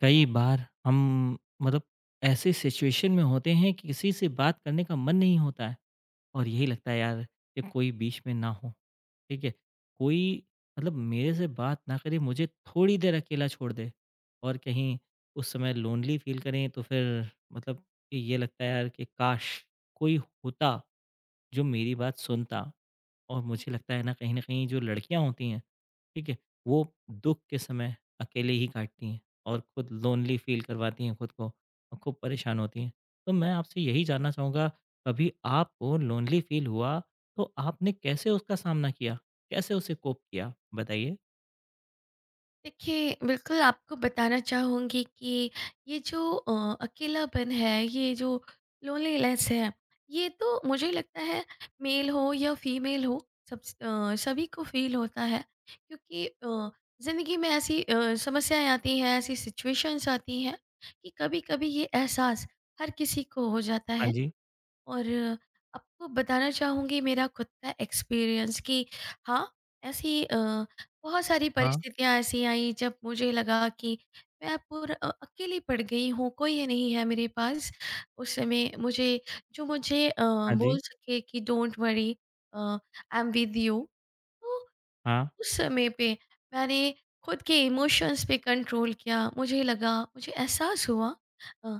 कई बार हम मतलब ऐसे सिचुएशन में होते हैं कि किसी से बात करने का मन नहीं होता है और यही लगता है यार कि कोई बीच में ना हो ठीक है कोई मतलब मेरे से बात ना करे मुझे थोड़ी देर अकेला छोड़ दे और कहीं उस समय लोनली फील करें तो फिर मतलब कि ये लगता है यार कि काश कोई होता जो मेरी बात सुनता और मुझे लगता है ना कहीं न कहीं जो लड़कियाँ होती हैं, ठीक है? वो दुःख के समय अकेले ही काटती हैं और खुद लोनली फ़ील करवाती हैं खुद को और खूब परेशान होती हैं। तो मैं आपसे यही जानना चाहूँगा, कभी आपको लोनली फ़ील हुआ तो आपने कैसे उसका सामना किया? कैसे उसे कोप किया? बताइए। देखिए, बिल्कुल आपको बताना चाहूँगी कि ये जो अकेलापन है, ये जो लोनलीनेस है, ये तो मुझे लगता है मेल हो या फीमेल हो सभी को फ़ील होता है क्योंकि ज़िंदगी में ऐसी समस्याएँ आती हैं, ऐसी सिचुएशंस आती हैं कि कभी-कभी ये एहसास हर किसी को हो जाता हाँ है। जी। और आपको बताना चाहूँगी मेरा खुद का एक्सपीरियंस कि हाँ, ऐसी बहुत सारी हाँ, परिस्थितियाँ ऐसी आई जब मुझे लगा कि मैं पूरा अकेली पड़ गई हूँ, कोई है नहीं है मेरे पास। उस समय मुझे जो मुझे हाँ जी। बोल सके कि don't worry I am with you. तो हाँ, उस समय पे मैंने खुद के इमोशंस पे कंट्रोल किया। मुझे लगा मुझे एहसास हुआ अ अ,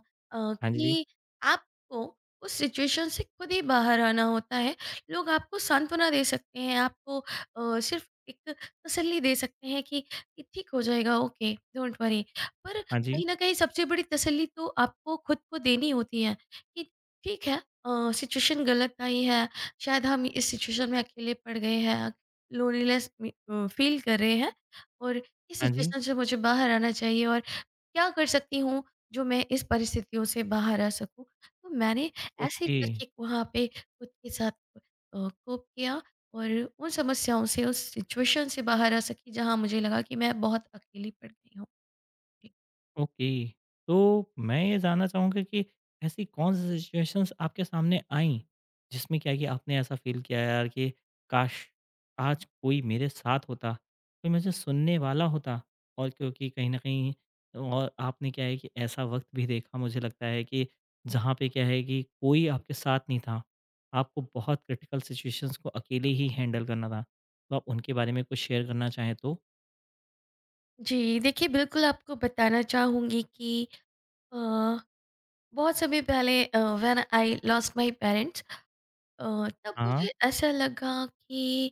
हाँ जी, कि आपको उस सिचुएशन से खुद ही बाहर आना होता है। लोग आपको सांत्वना दे सकते हैं, आपको सिर्फ़ एक तसल्ली दे सकते हैं कि ये ठीक हो जाएगा, ओके, डोंट वरी। पर हाँ जी, कहीं न कहीं सबसे बड़ी तसल्ली तो आपको खुद को देनी होती है कि ठीक है, सिचुएशन गलत आई है, शायद हम इस सिचुएशन में अकेले पड़ गए हैं। लोनलीनेस में फ़ील कर रहे हैं और इस हाँ जी। सिचुएशन से मुझे बाहर आना चाहिए और क्या कर सकती हूँ जो मैं इस परिस्थितियों से बाहर आ सकूँ। तो मैंने ऐसे ही ओके। करके वहाँ पे खुद के साथ कोप किया और उन समस्याओं से, उस सिचुएशन से बाहर आ सकी जहाँ मुझे लगा कि मैं बहुत अकेली पड़ गई हूँ। ओके। तो मैं ये जानना चाहूँगा कि ऐसी कौन-सी सिचुएशंस आपके सामने आईं, जिसमें क्या है कि आपने ऐसा फ़ील किया यार कि काश! आज कोई मेरे साथ होता, कोई मुझे सुनने वाला होता और क्योंकि कहीं न कहीं और आपने क्या है कि ऐसा वक़्त भी देखा मुझे लगता है कि जहाँ पे क्या है कि कोई आपके साथ नहीं था। आपको बहुत क्रिटिकल सिचुएशंस को अकेले ही हैंडल करना था। तो आप उनके बारे में कुछ शेयर करना चाहें तो? जी, देखिए बिल्कुल आपको बताना चाहूँगी कि अ, बहुत समय पहले when I lost my parents, अ, तब हाँ। मुझे ऐसा लगा कि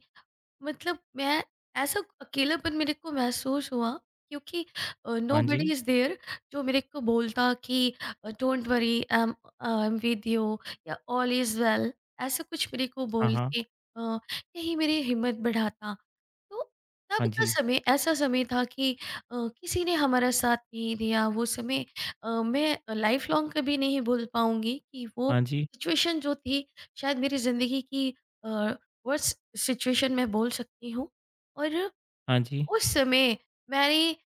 मतलब मैं ऐसा अकेलापन मेरे को महसूस हुआ क्योंकि हाँ नोबडी जी। इज देयर जो मेरे को बोलता कि don't worry I am with you या ऑल इज वेल, ऐसा कुछ मेरे को हाँ, बोल हाँ। के अ, यही मेरी हिम्मत बढ़ाता। तो तब हाँ का जी। समय ऐसा समय था कि अ, किसी ने हमारा साथ नहीं दिया। वो समय मैं लाइफ लॉन्ग कभी नहीं भूल पाऊँगी कि वो हाँ जी। सिचुएशन जो थी, शायद मेरी ज़िंदगी की अ, वर्स्ट सिचुएशन मैं बोल सकती हूँ। और हाँ जी, उस समय मैंने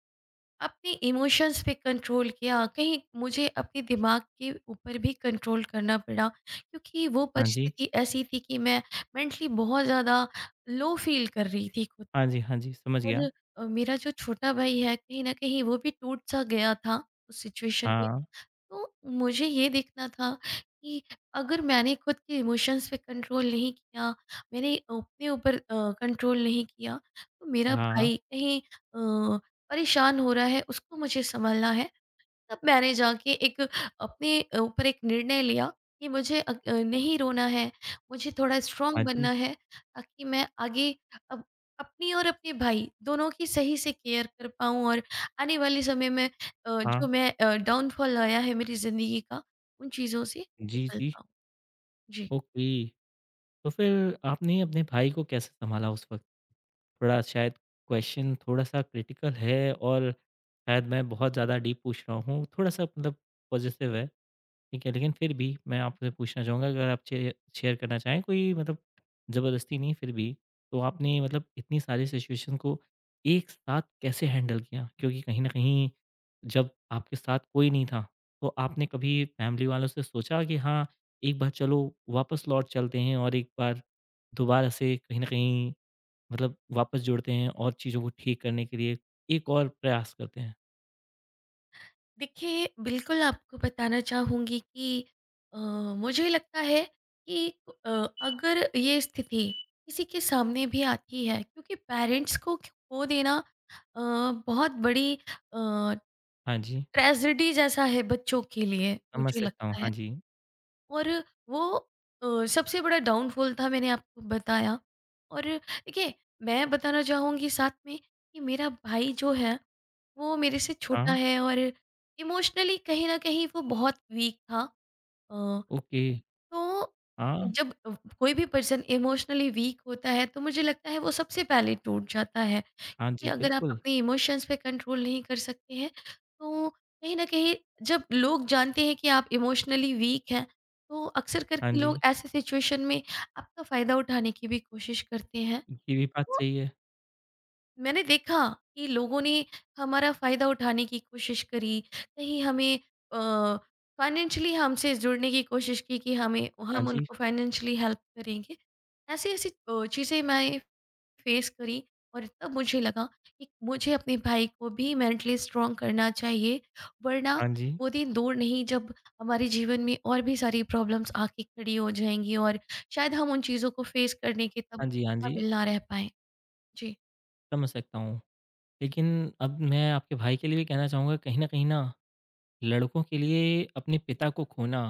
अपने इमोशंस पे कंट्रोल किया, कहीं मुझे अपने दिमाग के ऊपर भी कंट्रोल करना पड़ा क्योंकि वो हाँ जी, परिस्थिति ऐसी थी कि मैं मेंटली बहुत ज़्यादा लो फील कर रही थी खुद। हाँ जी, हाँ जी, समझ और गया। मेरा जो छोटा भाई है कहीं न कहीं वो भी टूट-सा गया था उस सिचुएशन में। हाँ, तो मुझे ये देखना था कि अगर मैंने खुद के इमोशंस पे कंट्रोल नहीं किया, मैंने अपने ऊपर कंट्रोल नहीं किया, तो मेरा हाँ, भाई कहीं परेशान हो रहा है, उसको मुझे सँभालना है। तब मैंने जाके एक अपने ऊपर एक निर्णय लिया कि मुझे नहीं रोना है, मुझे थोड़ा स्ट्रॉन्ग हाँ बनना जी, है ताकि मैं आगे अप अपनी और अपने भाई दोनों की सही से केयर कर पाऊँ और आने वाले समय में, जो हाँ, मैं डाउनफॉल आया है मेरी ज़िंदगी का, उन चीज़ों से जी, निकल जी, पाऊँ। जी। ओके। तो फिर आपने अपने भाई को कैसे सँभाला उस वक़्त? थोड़ा शायद क्वेश्चन थोड़ा-सा क्रिटिकल है और शायद मैं बहुत ज़्यादा डीप पूछ रहा हूँ, थोड़ा-सा मतलब पॉज़िटिव है। ठीक है, लेकिन फिर भी मैं आपसे पूछना चाहूँगा अगर आप शे शेयर करना चाहें कोई मतलब ज़बरदस्ती नहीं फिर भी, तो आपने मतलब इतनी सारी सिचुएशन को एक साथ कैसे हैंडल किया? क्योंकि कहीं न कहीं जब आपके साथ कोई नहीं था, तो आपने कभी फैमिली वालों से सोचा कि हाँ, एक बार चलो वापस लौट चलते हैं और एक बार दोबारा से कहीं न कहीं मतलब वापस जुड़ते हैं और चीज़ों को ठीक करने के लिए एक और प्रयास करते हैं? देखिए, बिल्कुल आपको बताना चाहूँगी कि अ, मुझे लगता है कि अ, अगर ये स्थिति किसी के सामने भी आती है, क्योंकि पेरेंट्स को खो देना अ, बहुत बड़ी अ, हाँ जी, ट्रेजेडी जैसा है बच्चों के लिए, समझ मुझे सकता हूँ। लगता है। हाँ जी। और वो सबसे बड़ा डाउनफॉल था, मैंने आपको बताया। और देखिए, मैं बताना चाहूँगी साथ में कि मेरा भाई जो है वो मेरे से छोटा हाँ, है और इमोशनली कहीं न कहीं वो बहुत वीक था। अ, ओके। तो हाँ। जब कोई भी पर्सन इमोशनली वीक होता है तो मुझे लगता है वो सबसे पहले टूट जाता है, हाँ कि जी, अगर आप बिल्कुल। अपने इमोशंस पे कंट्रोल नहीं कर सकते हैं, तो कहीं न कहीं जब लोग जानते हैं कि आप इमोशनली वीक हैं, तो अक्सर हाँ करके लोग जी, ऐसे सिचुएशन में आपका फ़ायदा उठाने की भी कोशिश करते हैं। ये भी बात तो सही है। मैंने देखा कि लोगों ने हमारा फ़ायदा उठाने की कोशिश करी, कहीं हमें अ, फ़ाइनेंशियली हमसे जुड़ने की कोशिश की कि हमें हाँ हम जी, उनको फ़ाइनेंशियली हेल्प करेंगे। ऐसी-ऐसी चीज़ें मैं फ़ेस करी और तब मुझे लगा कि मुझे अपने भाई को भी मेंटली स्ट्रॉन्ग करना चाहिए, वरना हाँ जी, वो दिन दूर नहीं जब हमारे जीवन में और भी सारी प्रॉब्लम्स आके खड़ी हो जाएँगी और शायद हम उन चीज़ों को फ़ेस करने के तब हाँ जी, हाँ जी, काबिल ना रह पाएँ। जी। समझ सकता हूँ। लेकिन अब मैं आपके भाई के लिए भी कहना चाहूँगा कहीं न कहीं ना, लड़कों के लिए अपने पिता को खोना,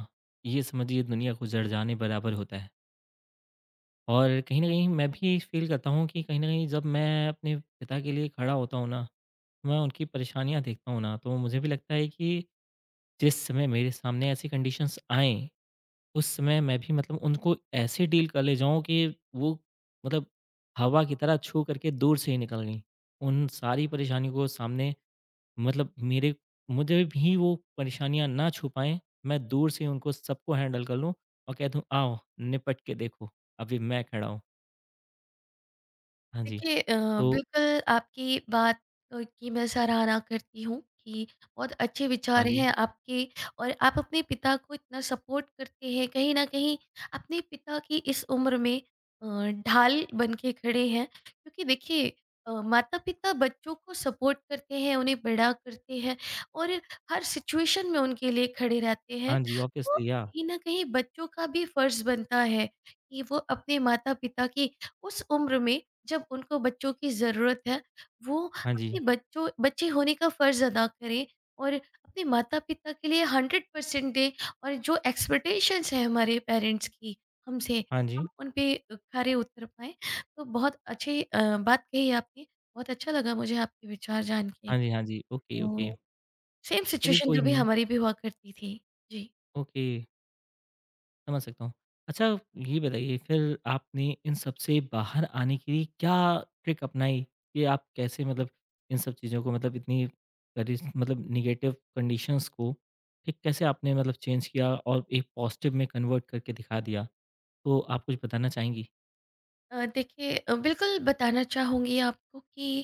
ये समझिए दुनिया को जड़-जाने बराबर होता है। और कहीं न कहीं मैं भी फ़ील करता हूँ कि कहीं न कहीं जब मैं अपने पिता के लिए खड़ा होता हूँ ना, मैं उनकी परेशानियाँ देखता हूँ ना, तो मुझे भी लगता है कि जिस समय मेरे सामने ऐसी कंडीशंस आएँ उस समय मैं भी मतलब उनको ऐसे डील कर ले जाऊँ कि वो मतलब हवा की तरह छू करके दूर से ही निकल गईं। उन सारी परेशानियों को सामने मतलब मेरे मुझे भी वो परेशानियाँ ना छू पाएँ, मैं दूर से उनको सबको हैंडल कर लूँ और कह दूँ आओ निपट के देखो, अभी मैं खड़ा हूँ। हाँ जी। देखिए, तो बिल्कुल आपकी बात की मैं सराहना करती हूँ कि बहुत अच्छे हाँ विचार जी, हैं आपके और आप अपने पिता को इतना सपोर्ट करते हैं, कहीं न कहीं अपने पिता की इस उम्र में ढाल बन के खड़े हैं। क्योंकि देखिए, माता-पिता बच्चों को सपोर्ट करते हैं, उन्हें बड़ा करते हैं और हर सिचुएशन में उनके लिए खड़े रहते हैं। हाँ जी, तो ऑब्वियसली या कहीं न कहीं बच्चों का भी फ़र्ज़ बनता है कि वो अपने माता-पिता की उस उम्र में जब उनको बच्चों की ज़रूरत है, वो हाँ अपने जी, बच्चों बच्चे होने का फ़र्ज़ अदा करें और अपने माता-पिता के लिए 100% दें और जो एक्सपेक्टेशंस हैं हमारे पेरेंट्स की हमसे, हाँ जी, हम उन पे खरे उतर पाएँ। तो बहुत अच्छी बात कही आपने, बहुत अच्छा लगा मुझे आपके विचार जान के। हाँ जी, हाँ जी, ओके, ओके। तो सेम चलिए सिचुएशन कोई कभी नहीं, हमारी भी हुआ करती थी। जी। ओके। समझ सकता हूँ। अच्छा ये बताइए फिर आपने इन सब से बाहर आने के लिए क्या ट्रिक अपनाई कि आप कैसे मतलब इन सब चीज़ों को मतलब इतनी करी मतलब नेगेटिव कंडीशंस को ठीक कैसे आपने मतलब चेंज किया और एक पॉजिटिव में कन्वर्ट करके दिखा दिया? तो आप कुछ बताना चाहेंगी? देखिए, बिल्कुल बताना चाहूँगी आपको कि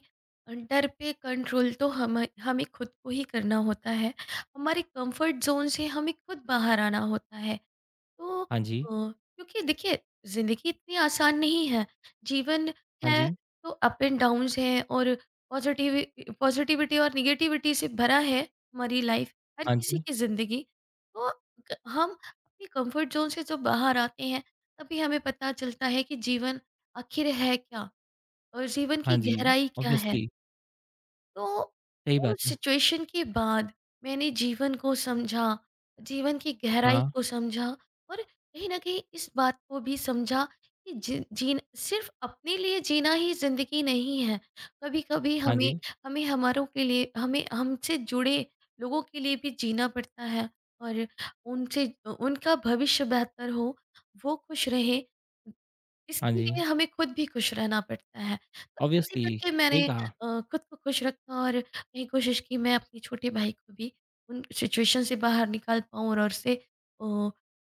डर पे कंट्रोल तो हम हमें खुद को ही करना होता है, हमारे कंफर्ट जोन से हमें खुद बाहर आना होता है। तो हाँ जी, क्योंकि देखिए, ज़िंदगी इतनी आसान नहीं है। जीवन हाँ है जी, तो अप एंड डाउन्स हैं और पॉज़िटिव पॉज़िटिविटी और नेगेटिविटी से भरा है हमारी लाइफ़, हर हाँ किसी जी, की ज़िंदगी। तो क हम अपनी कम्फ़र्ट ज़ोन से जब बाहर आते हैं, तभी हमें पता चलता है कि जीवन आखिर है क्या और जीवन हाँ की जी, गहराई क्या है। ऑब्वियसली तो सही बात उस है। सिचुएशन के बाद मैंने जीवन को समझा, जीवन की गहराई हाँ, को समझा और कहीं न कहीं इस बात को भी समझा कि जी जीन सिर्फ़ अपने लिए जीना ही ज़िंदगी नहीं है। कभी-कभी हाँ हमें जी, हमें हमारों के लिए हमें हमसे जुड़े लोगों के लिए भी जीना पड़ता है और उनसे उनका भविष्य बेहतर हो, वो खुश रहें, हाँ इसके जी, लिए हमें खुद भी खुश रहना पड़ता है। तो ऐसे ऑब्वियसली करके सही मैंने कहा। खुद को खुश रखा और यही कोशिश की मैं अपने छोटे भाई को भी उन सिचुएशन से बाहर निकाल पाऊँ और उससे अ,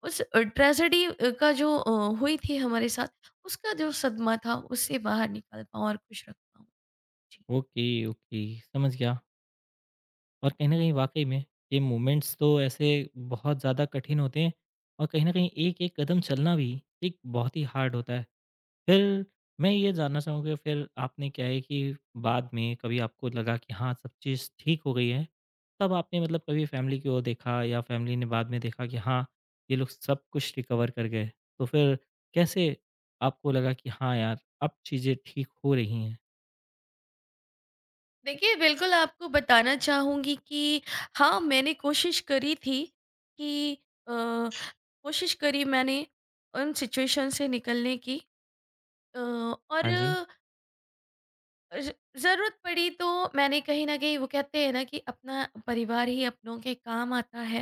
उस ट्रेजेडी का जो हुई थी हमारे साथ, उसका जो सदमा था उससे बाहर निकाल पाऊँ और खुश रख पाऊँ। जी। ओके, ओके समझ गया। और कहीं न कहीं वाक़ई में ये मूवमेंट्स तो ऐसे बहुत ज़्यादा कठिन होते हैं और कहीं न कहीं एक-एक कदम चलना भी एक बहुत ही हार्ड होता है। फिर मैं ये जानना चाहूँगा फिर आपने क्या है कि बाद में कभी आपको लगा कि हाँ, सब चीज़ ठीक हो गई है, तब आपने मतलब कभी फैमिली की ओर देखा या फैमिली ने बाद में देखा कि हाँ, ये लोग सब कुछ रिकवर कर गए, तो फिर कैसे आपको लगा कि हाँ यार, अब चीज़ें ठीक हो रही हैं? देखिए, बिल्कुल आपको बताना चाहूँगी कि हाँ, मैंने कोशिश करी थी कि अ, कोशिश करी मैंने उन सिचुएशन से निकलने की। अ, और हाँ जी, ज ज़रूरत पड़ी तो मैंने, कहीं न कहीं वो कहते हैं ना कि अपना परिवार ही अपनों के काम आता है।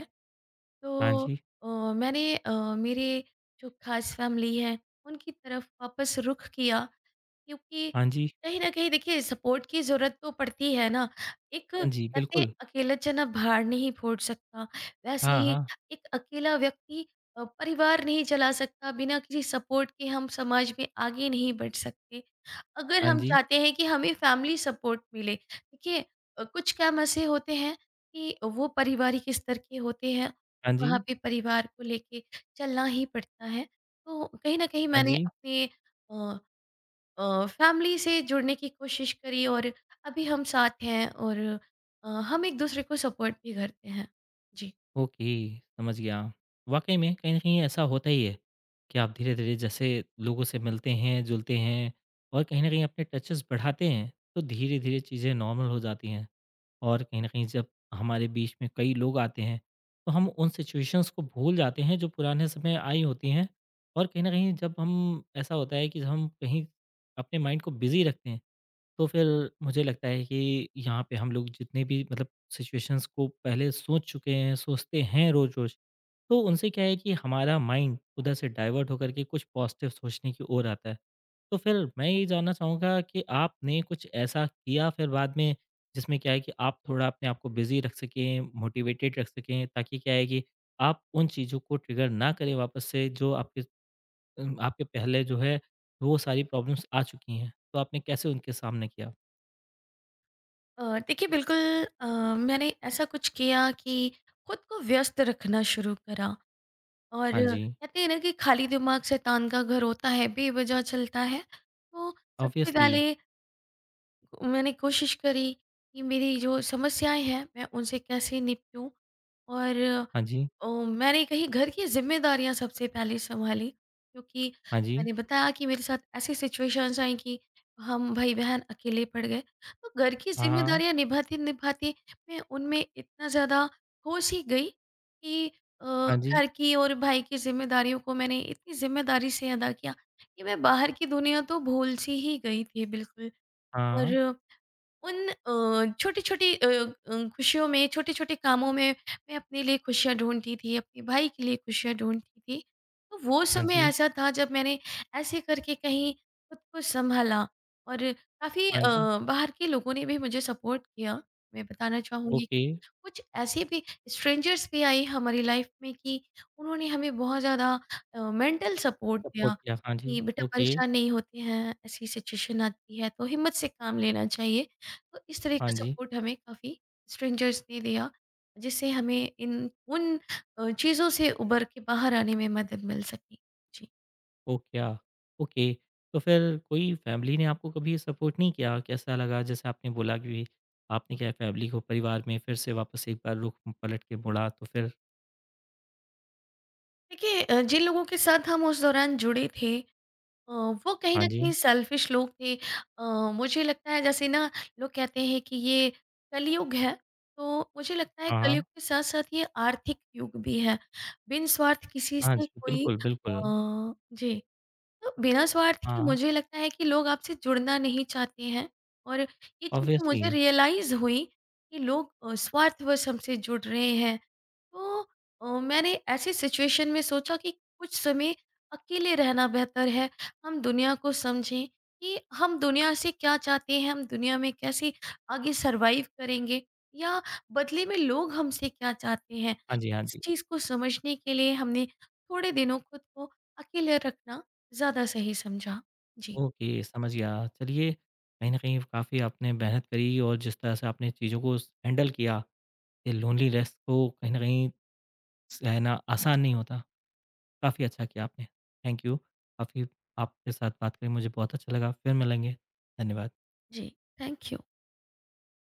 हाँ तो जी, अ, मैंने मेरे जो खास फैमिली है उनकी तरफ वापस रुख किया, क्योंकि हाँ जी, कहीं ना कहीं देखिए सपोर्ट की ज़रूरत तो पड़ती है ना। एक हाँ जी, कहते हैं, बिल्कुल। अकेला चना भार नहीं फोड़ सकता। वैसे हाँ, ही हाँ, एक अकेला व्यक्ति परिवार नहीं चला सकता, बिना किसी सपोर्ट के हम समाज में आगे नहीं बढ़ सकते। अगर हाँ हम जी। चाहते हैं कि हमें फैमिली सपोर्ट मिले, देखिए कुछ काम ऐसे होते हैं कि वो पारिवारिक स्तर के होते हैं, हाँ जी, वहाँ पे परिवार को लेके चलना ही पड़ता है। तो कहीं न कहीं हाँ मैंने जी। अपने अ फैमिली से जुड़ने की कोशिश करी और अभी हम साथ हैं और हम एक-दूसरे को सपोर्ट भी करते हैं। जी। ओके, समझ गया। वाक़ई में कहीं न कहीं ऐसा होता ही है कि आप धीरे-धीरे जैसे लोगों से मिलते हैं, जुलते हैं और कहीं न कहीं अपने टचेज़ बढ़ाते हैं, तो धीरे-धीरे चीज़ें नॉर्मल हो जाती हैं। और कहीं न कहीं जब हमारे बीच में कई लोग आते हैं, तो हम उन सिचुएशंस को भूल जाते हैं जो पुराने समय आई होती हैं। और कहीं न कहीं जब हम ऐसा होता है कि जब हम कहीं अपने माइंड को बिज़ी रखते हैं तो फिर मुझे लगता है कि यहाँ पे हम लोग जितने भी मतलब सिचुएशंस को पहले सोच चुके हैं, सोचते हैं रोज़-रोज़, तो उनसे क्या है कि हमारा माइंड उधर से डाइवर्ट होकर के कुछ पॉजिटिव सोचने की ओर आता है। तो फिर मैं ये जानना चाहूँगा कि आपने कुछ ऐसा किया फिर बाद में, जिसमें क्या है कि आप थोड़ा अपने आप को बिज़ी रख सकें, मोटिवेटेड रख सकें, ताकि क्या है कि आप उन चीज़ों को ट्रिगर ना करें वापस से जो आपके आपके पहले जो है, वो सारी प्रॉब्लम्स आ चुकी हैं। तो आपने कैसे उनके सामना किया? देखिए बिल्कुल, अ, मैंने ऐसा कुछ किया कि खुद को व्यस्त रखना शुरू करा और हाँ जी, कहते हैं ना कि खाली दिमाग शैतान का घर होता है, बेवज़ह चलता है। तो सबसे ऑब्वियसली। पहले मैंने कोशिश करी कि मेरी जो समस्याएँ हैं मैं उनसे कैसे निपटूँ। और हाँ जी, मैंने, कहीं घर की ज़िम्मेदारियाँ सबसे पहले सँभाली क्योंकि हाँ जी, मैंने बताया कि मेरे साथ ऐसी सिचुएशंस आई कि हम भाई-बहन अकेले पड़ गए। तो घर की हाँ, हाँ, ज़िम्मेदारियाँ निभाते-निभाते मैं उनमें इतना ज़्यादा खो-सी गई कि हाँ जी, घर की और भाई की ज़िम्मेदारियों को मैंने इतनी ज़िम्मेदारी से अदा किया कि मैं बाहर की दुनिया तो भूल-सी ही गई थी बिल्कुल। हाँ, और उन छोटी-छोटी खुशियों में, छोटे-छोटे कामों में मैं अपने लिए खुशियाँ ढूँढती थी, अपने भाई के लिए खुशियाँ ढूँढती थी। तो वो हाँ समय जी, ऐसा था जब मैंने ऐसे करके कहीं खुद को सँभाला और काफ़ी हाँ जी, बाहर के लोगों ने भी मुझे सपोर्ट किया। मैं बताना चाहूँगी ओके, कुछ ऐसे भी स्ट्रेंजर्स भी आए हमारी लाइफ में कि उन्होंने हमें बहुत ज़्यादा मेंटल सपोर्ट दिया सपोर्ट किया, हाँ जी, कि बेटा ओके, परेशान नहीं होते हैं, ऐसी सिचुएशन आती है तो हिम्मत से काम लेना चाहिए। तो इस तरह हाँ का जी, सपोर्ट हमें काफ़ी स्ट्रेंजर्स ने दिया, जिससे हमें इन उन अ, चीज़ों से उभर के बाहर आने में मदद मिल सकी। जी। ओ क्या, ओके। तो फिर कोई फैमिली ने आपको कभी सपोर्ट नहीं किया? कैसा लगा? जैसे आपने बोला कि आपने क्या है फैमिली को परिवार में फिर से वापस एक बार रुख पलट के मुड़ा तो फिर देखिए, जिन लोगों के साथ हम उस दौरान जुड़े थे, अ, वो कहीं हाँ न कहीं जी, सेल्फिश लोग थे। अ, मुझे लगता है, जैसे ना लोग कहते हैं कि ये कलयुग है, तो मुझे लगता है हाँ, कलयुग हाँ, के साथ-साथ ये आर्थिक युग भी है। बिन स्वार्थ किसी हाँ से जी, कोई बिल्कुल, बिल्कुल, जी, तो बिना स्वार्थ के हाँ, मुझे लगता है कि लोग आपसे जुड़ना नहीं चाहते हैं और ये चीज़ें मुझे ऑब्वियसली। रियलाइज़ हुई कि लोग स्वार्थवश हमसे जुड़ रहे हैं। तो मैंने ऐसी सिचुएशन में सोचा कि कुछ समय अकेले रहना बेहतर है। हम दुनिया को समझें कि हम दुनिया से क्या चाहते हैं, हम दुनिया में कैसे आगे सर्वाइव करेंगे या बदले में लोग हमसे क्या चाहते हैं। हाँ जी, हाँ इस जी। चीज़ को समझने के लिए हमने थोड़े दिनों खुद को अकेले रखना ज़्यादा सही समझा। जी, ओके, समझ गया। चलिए, कहीं न कहीं काफ़ी आपने मेहनत करी और जिस तरह से आपने चीज़ों को स हैंडल किया, ये लोनलीनेस को कहीं न कहीं सहना आसान नहीं होता। काफ़ी अच्छा किया आपने। Thank you. काफ़ी आपके साथ बात करके मुझे बहुत अच्छा लगा। फिर मिलेंगे। धन्यवाद। जी। Thank you.